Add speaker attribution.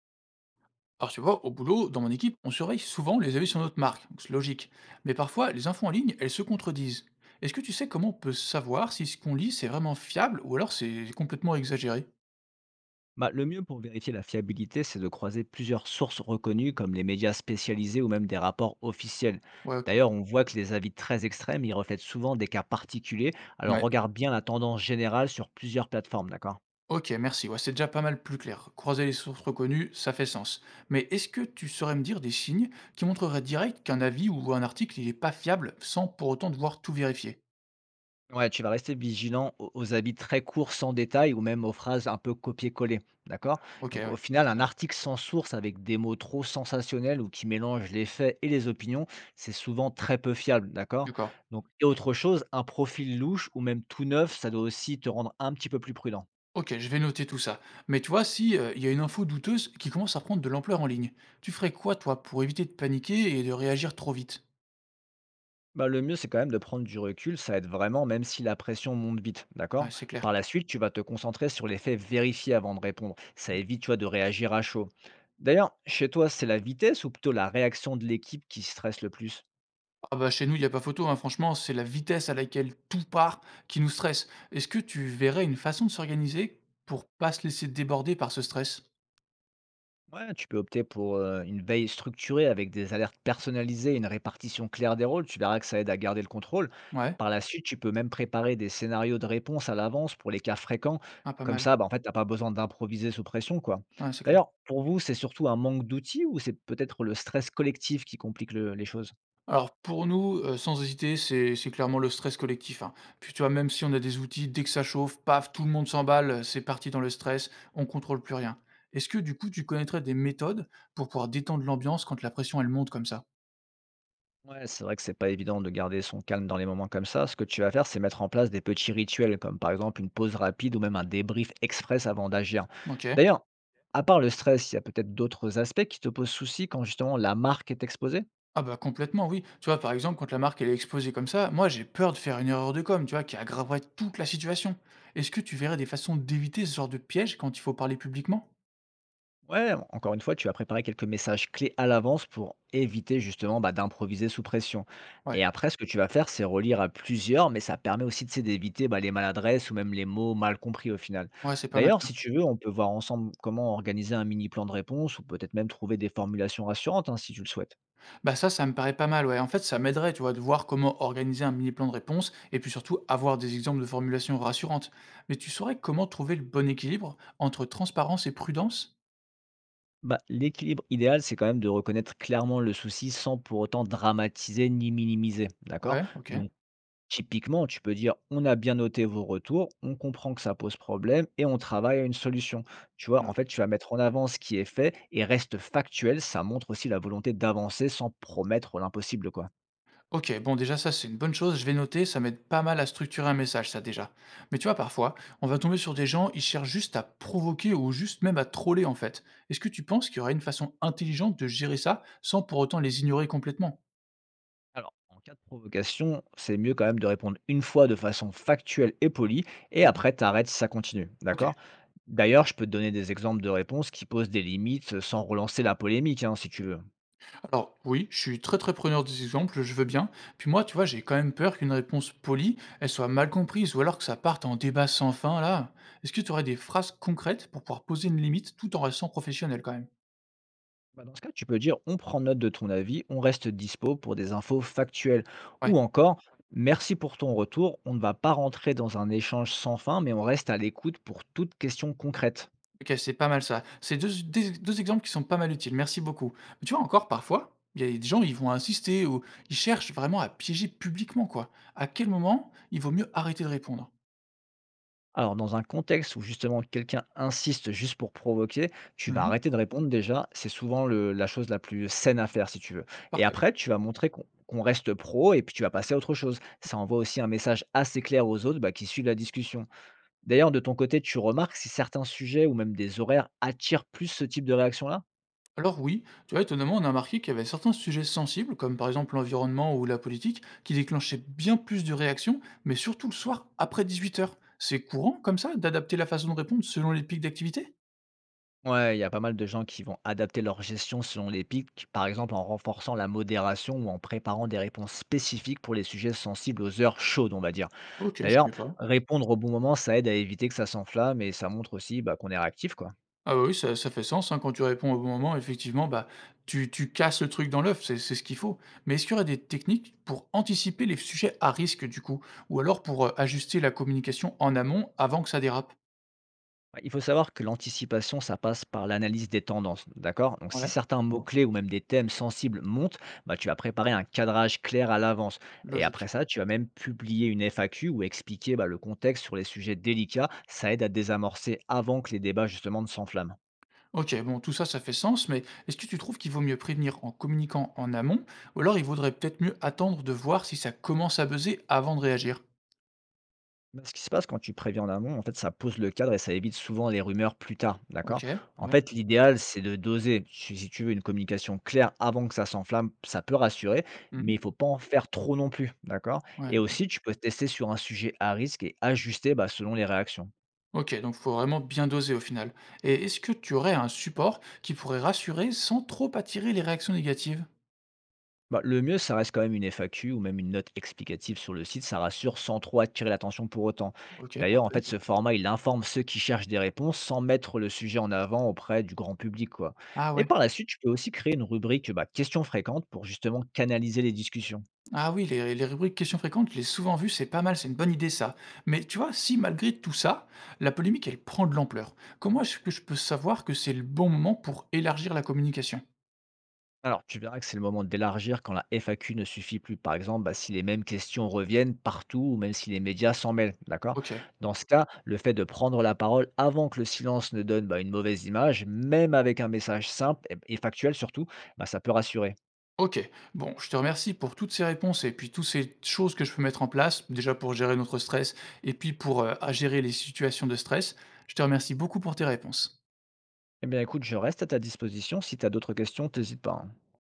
Speaker 1: Alors tu vois, au boulot, dans mon équipe, on surveille souvent les avis sur notre marque, donc c'est logique. Mais parfois, les infos en ligne, elles se contredisent. Est-ce que tu sais comment on peut savoir si ce qu'on lit, c'est vraiment fiable ou alors c'est complètement exagéré?
Speaker 2: Bah, le mieux pour vérifier la fiabilité, c'est de croiser plusieurs sources reconnues comme les médias spécialisés ou même des rapports officiels.
Speaker 1: Ouais, ok.
Speaker 2: D'ailleurs, on voit que les avis très extrêmes, ils reflètent souvent des cas particuliers. Alors
Speaker 1: Ouais.
Speaker 2: regarde bien la tendance générale sur plusieurs plateformes, d'accord?
Speaker 1: Ok, merci. Ouais, c'est déjà pas mal plus clair. Croiser les sources reconnues, ça fait sens. Mais est-ce que tu saurais me dire des signes qui montreraient direct qu'un avis ou un article, il est pas fiable sans pour autant devoir tout vérifier?
Speaker 2: Ouais, tu vas rester vigilant aux habits très courts sans détail ou même aux phrases un peu copier-coller, d'accord?
Speaker 1: Ok,
Speaker 2: Donc au
Speaker 1: ouais.
Speaker 2: final, un article sans source avec des mots trop sensationnels ou qui mélangent les faits et les opinions, c'est souvent très peu fiable, d'accord?
Speaker 1: D'accord.
Speaker 2: Donc et autre chose, un profil louche ou même tout neuf, ça doit aussi te rendre un petit peu plus prudent.
Speaker 1: OK, je vais noter tout ça. Mais tu vois, si, il y a une info douteuse qui commence à prendre de l'ampleur en ligne, tu ferais quoi toi pour éviter de paniquer et de réagir trop vite?
Speaker 2: Bah, le mieux, c'est quand même de prendre du recul, ça aide vraiment, même si la pression monte vite, d'accord?
Speaker 1: Ouais, c'est clair.
Speaker 2: Par la suite, tu vas te concentrer sur les faits vérifiés avant de répondre. Ça évite, tu vois, de réagir à chaud. D'ailleurs, chez toi, c'est la vitesse ou plutôt la réaction de l'équipe qui stresse le plus?
Speaker 1: Ah bah, chez nous, il y a pas photo, hein, franchement, c'est la vitesse à laquelle tout part qui nous stresse. Est-ce que tu verrais une façon de s'organiser pour pas se laisser déborder par ce stress?
Speaker 2: Ouais, tu peux opter pour, une veille structurée avec des alertes personnalisées une répartition claire des rôles. Tu verras que ça aide à garder le contrôle.
Speaker 1: Ouais.
Speaker 2: Par la suite, tu peux même préparer des scénarios de réponse à l'avance pour les cas fréquents.
Speaker 1: Ah, pas
Speaker 2: Comme
Speaker 1: mal.
Speaker 2: ça, bah, en fait, t'as pas besoin d'improviser sous pression, quoi.
Speaker 1: Ouais, c'est clair.
Speaker 2: D'ailleurs, pour vous, c'est surtout un manque d'outils ou c'est peut-être le stress collectif qui complique le les choses?
Speaker 1: Alors pour nous, sans hésiter, c'est clairement le stress collectif, hein. Puis tu vois, même si on a des outils, dès que ça chauffe, paf, tout le monde s'emballe, c'est parti dans le stress, on contrôle plus rien. Est-ce que du coup, tu connaîtrais des méthodes pour pouvoir détendre l'ambiance quand la pression, elle monte comme ça?
Speaker 2: Ouais, c'est vrai que c'est pas évident de garder son calme dans les moments comme ça. Ce que tu vas faire, c'est mettre en place des petits rituels, comme par exemple une pause rapide ou même un débrief express avant d'agir.
Speaker 1: OK.
Speaker 2: D'ailleurs, à part le stress, il y a peut-être d'autres aspects qui te posent souci quand justement la marque est exposée?
Speaker 1: Ah bah complètement, oui. Tu vois, par exemple, quand la marque, elle est exposée comme ça, moi, j'ai peur de faire une erreur de com, tu vois, qui aggraverait toute la situation. Est-ce que tu verrais des façons d'éviter ce genre de piège quand il faut parler publiquement?
Speaker 2: Ouais, encore une fois, tu vas préparer quelques messages clés à l'avance pour éviter justement bah, d'improviser sous pression.
Speaker 1: Ouais,
Speaker 2: Et après, ce que tu vas faire, c'est relire à plusieurs, mais ça permet aussi tu sais, d'éviter bah, les maladresses ou même les mots mal compris au final.
Speaker 1: ouais, c'est pas mal
Speaker 2: D'ailleurs,
Speaker 1: ça.
Speaker 2: si tu veux, on peut voir ensemble comment organiser un mini plan de réponse ou peut-être même trouver des formulations rassurantes hein, si tu le souhaites.
Speaker 1: Bah ça, ça me paraît pas mal, ouais. En fait, ça m'aiderait, tu vois, de voir comment organiser un mini plan de réponse et puis surtout avoir des exemples de formulations rassurantes. Mais tu saurais comment trouver le bon équilibre entre transparence et prudence?
Speaker 2: Bah, l'équilibre idéal, c'est quand même de reconnaître clairement le souci sans pour autant dramatiser ni minimiser, d'accord?
Speaker 1: Ouais, ok.
Speaker 2: Donc typiquement, tu peux dire, on a bien noté vos retours, on comprend que ça pose problème et on travaille à une solution. Tu
Speaker 1: Je
Speaker 2: vois, en
Speaker 1: note.
Speaker 2: fait, tu vas mettre en avant ce qui est fait et reste factuel. Ça montre aussi la volonté d'avancer sans promettre l'impossible, quoi.
Speaker 1: Ok, bon, déjà, ça, c'est une bonne chose. Je vais noter, ça m'aide pas mal à structurer un message, ça déjà. Mais tu vois, parfois, on va tomber sur des gens, ils cherchent juste à provoquer ou juste même à troller, en fait. Est-ce que tu penses qu'il y aurait une façon intelligente de gérer ça sans pour autant les ignorer complètement?
Speaker 2: Alors, en cas de provocation, c'est mieux quand même de répondre une fois de façon factuelle et polie et
Speaker 1: Mhm.
Speaker 2: après, t'arrêtes, si ça continue.
Speaker 1: Ok.
Speaker 2: D'accord? D'ailleurs, je peux te donner des exemples de réponses qui posent des limites sans relancer la polémique, hein, si tu veux.
Speaker 1: Alors oui, je suis très très preneur des exemples, je veux bien. Puis moi, tu vois, j'ai quand même peur qu'une réponse polie, elle soit mal comprise, ou alors que ça parte en débat sans fin, là. Est-ce que tu aurais des phrases concrètes pour pouvoir poser une limite tout en restant professionnel quand même?
Speaker 2: Bah, dans ce cas, tu peux dire on prend note de ton avis, on reste dispo pour des infos factuelles.
Speaker 1: Ouais,
Speaker 2: Ou encore, merci pour ton retour, on ne va pas rentrer dans un échange sans fin, mais on reste à l'écoute pour toute question concrète.
Speaker 1: ok, c'est pas mal ça. C'est deux, deux exemples qui sont pas mal utiles, merci beaucoup. Mais tu vois, encore parfois, il y a des gens, ils vont insister ou ils cherchent vraiment à piéger publiquement, quoi. À quel moment il vaut mieux arrêter de répondre?
Speaker 2: Alors, dans un contexte où justement quelqu'un insiste juste pour provoquer, tu vas
Speaker 1: Mhm,
Speaker 2: arrêter de répondre déjà. C'est souvent la chose la plus saine à faire si tu veux. Et
Speaker 1: parfait.
Speaker 2: après, tu vas montrer qu'on reste pro et puis tu vas passer à autre chose. Ça envoie aussi un message assez clair aux autres bah, qui suivent la discussion. D'ailleurs, de ton côté, tu remarques si certains sujets ou même des horaires attirent plus ce type de réaction-là?
Speaker 1: Alors oui, tu vois, étonnamment, on a remarqué qu'il y avait certains sujets sensibles, comme par exemple l'environnement ou la politique, qui déclenchaient bien plus de réactions, mais surtout le soir après 18 heures. C'est courant comme ça d'adapter la façon de répondre selon les pics d'activité?
Speaker 2: Ouais, il y a pas mal de gens qui vont adapter leur gestion selon les pics, par exemple en renforçant la modération ou en préparant des réponses spécifiques pour les sujets sensibles aux heures chaudes, on va dire.
Speaker 1: Ok, je
Speaker 2: D'ailleurs,
Speaker 1: savais pas.
Speaker 2: répondre au bon moment, ça aide à éviter que ça s'enflamme et ça montre aussi bah, qu'on est réactif, quoi.
Speaker 1: Ah bah oui, ça fait sens, hein, quand tu réponds au bon moment, effectivement, bah tu casses le truc dans l'œuf, c'est ce qu'il faut. Mais est-ce qu'il y aurait des techniques pour anticiper les sujets à risque du coup, ou alors pour ajuster la communication en amont avant que ça dérape?
Speaker 2: Ouais, il faut savoir que l'anticipation, ça passe par l'analyse des tendances, d'accord? Donc si
Speaker 1: Ouais,
Speaker 2: certains mots-clés ou même des thèmes sensibles montent, bah, tu vas préparer un cadrage clair à l'avance. Et après
Speaker 1: logique.
Speaker 2: ça, tu vas même publier une FAQ ou expliquer bah, le contexte sur les sujets délicats. Ça aide à désamorcer avant que les débats justement ne s'enflamment.
Speaker 1: OK, bon, tout ça, ça fait sens, mais est-ce que tu trouves qu'il vaut mieux prévenir en communiquant en amont, ou alors il vaudrait peut-être mieux attendre de voir si ça commence à buzzer avant de réagir?
Speaker 2: Bah, ce qui se passe quand tu préviens en amont, en fait, ça pose le cadre et ça évite souvent les rumeurs plus tard, d'accord?
Speaker 1: OK,
Speaker 2: En
Speaker 1: ouais.
Speaker 2: fait, l'idéal, c'est de doser. Si tu veux une communication claire avant que ça s'enflamme, ça peut rassurer, mais
Speaker 1: Mmh.
Speaker 2: il faut pas en faire trop non plus, d'accord? Et
Speaker 1: Ouais.
Speaker 2: aussi, tu peux tester sur un sujet à risque et ajuster bah, selon les réactions.
Speaker 1: OK, donc faut vraiment bien doser au final. Et est-ce que tu aurais un support qui pourrait rassurer sans trop attirer les réactions négatives?
Speaker 2: Bah, le mieux, ça reste quand même une FAQ ou même une note explicative sur le site, ça rassure sans trop attirer l'attention pour autant.
Speaker 1: OK,
Speaker 2: D'ailleurs, en
Speaker 1: parfait.
Speaker 2: fait, ce format, il informe ceux qui cherchent des réponses sans mettre le sujet en avant auprès du grand public, quoi.
Speaker 1: Ah
Speaker 2: Et
Speaker 1: ouais.
Speaker 2: par la suite, tu peux aussi créer une rubrique bah, questions fréquentes pour justement canaliser les discussions.
Speaker 1: Ah oui, les rubriques questions fréquentes, je l'ai souvent vu, c'est pas mal, c'est une bonne idée ça. Mais tu vois, si malgré tout ça, la polémique, elle prend de l'ampleur, comment est-ce que je peux savoir que c'est le bon moment pour élargir la communication?
Speaker 2: Alors, tu verras que c'est le moment d'élargir quand la FAQ ne suffit plus. Par exemple, bah, si les mêmes questions reviennent partout ou même si les médias s'en mêlent, d'accord?
Speaker 1: Ok,
Speaker 2: Dans ce cas, le fait de prendre la parole avant que le silence ne donne bah, une mauvaise image, même avec un message simple et factuel surtout, bah, ça peut rassurer.
Speaker 1: ok. Bon, je te remercie pour toutes ces réponses et puis toutes ces choses que je peux mettre en place, déjà pour gérer notre stress et puis pour à gérer les situations de stress. Je te remercie beaucoup pour tes réponses.
Speaker 2: Eh bien, écoute, je reste à ta disposition. Si tu as d'autres questions, n'hésite pas, hein.